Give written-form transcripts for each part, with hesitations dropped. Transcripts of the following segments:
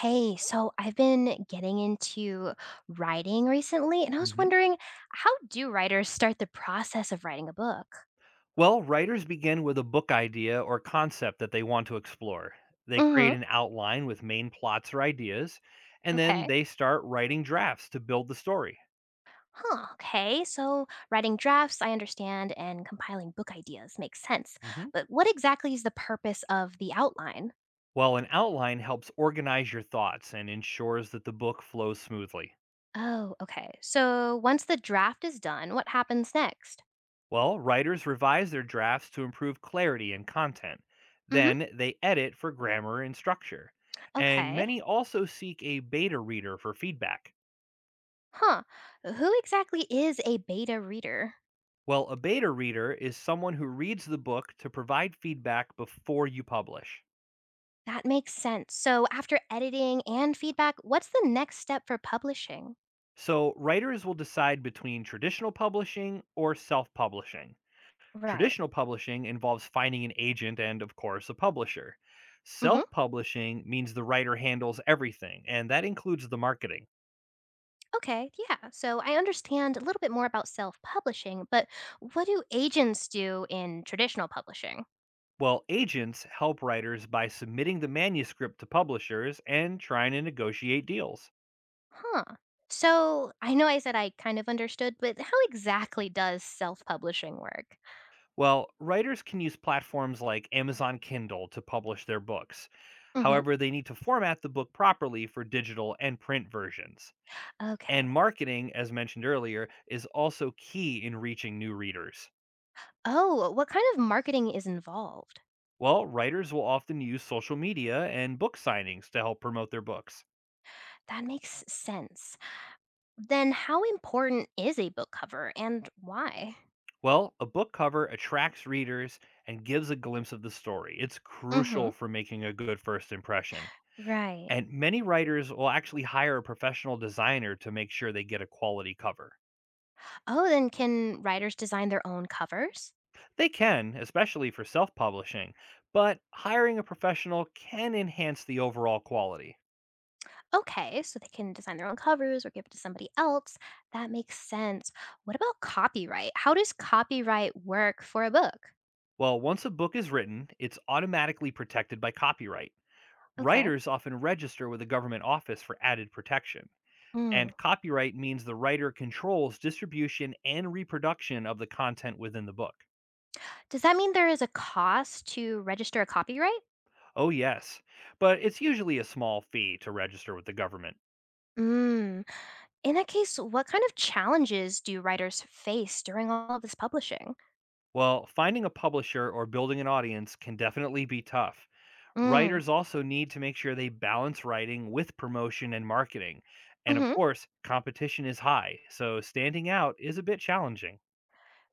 Hey, so I've been getting into writing recently, and I was Mhm. wondering, how do writers start the process of writing a book? Well, writers begin with a book idea or concept that they want to explore. They create Hmm. an outline with main plots or ideas, and then Okay. they start writing drafts to build the story. Huh, okay, so writing drafts, I understand, and compiling book ideas makes sense. hmm But what exactly is the purpose of the outline? Well, an outline helps organize your thoughts and ensures that the book flows smoothly. Oh, okay. So once the draft is done, what happens next? Well, writers revise their drafts to improve clarity and content. Hmm. Then they edit for grammar and structure. And Okay. many also seek a beta reader for feedback. Huh. Who exactly is a beta reader? Well, a beta reader is someone who reads the book to provide feedback before you publish. That makes sense. So, after editing and feedback, what's the next step for publishing? So, writers will decide between traditional publishing or self publishing. Right. Traditional publishing involves finding an agent and, of course, a publisher. Hmm. Self publishing means the writer handles everything, and that includes the marketing. Okay, yeah. So, I understand a little bit more about self publishing, but what do agents do in traditional publishing? Well, agents help writers by submitting the manuscript to publishers and trying to negotiate deals. Huh. So, I know I said I kind of understood, but how exactly does self publishing work? Well, writers can use platforms like Amazon Kindle to publish their books. Hmm. However, they need to format the book properly for digital and print versions. Okay. And marketing, as mentioned earlier, is also key in reaching new readers. Oh, what kind of marketing is involved? Well, writers will often use social media and book signings to help promote their books. That makes sense. Then, how important is a book cover and why? Well, a book cover attracts readers and gives a glimpse of the story. It's Mm hmm. crucial for making a good first impression. Right. And many writers will actually hire a professional designer to make sure they get a quality cover. Oh, then can writers design their own covers? They can, especially for self publishing, but hiring a professional can enhance the overall quality. Okay, so they can design their own covers or give it to somebody else. That makes sense. What about copyright? How does copyright work for a book? Well, once a book is written, it's automatically protected by copyright. Okay. Writers often register with a government office for added protection. Mm. And copyright means the writer controls distribution and reproduction of the content within the book. Does that mean there is a cost to register a copyright? Oh, yes, but it's usually a small fee to register with the government. Mm. In that case, what kind of challenges do writers face during all of this publishing? Well, finding a publisher or building an audience can definitely be tough. Mm. Writers also need to make sure they balance writing with promotion and marketing. And of Hmm. course, competition is high, so standing out is a bit challenging.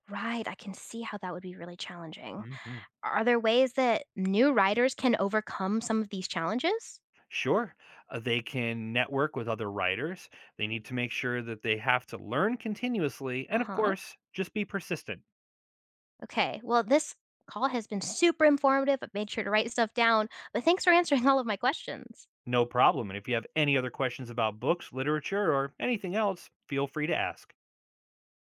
Right, I can see how that would be really challenging. Mhm. Are there ways that new writers can overcome some of these challenges? Sure, they can network with other writers. They need to make sure that they have to learn continuously. And of Uh-huh. course, just be persistent. Okay. Well, this call has been super informative. I've made sure to write stuff down, but thanks for answering all of my questions. No problem. And if you have any other questions about books, literature, or anything else, feel free to ask.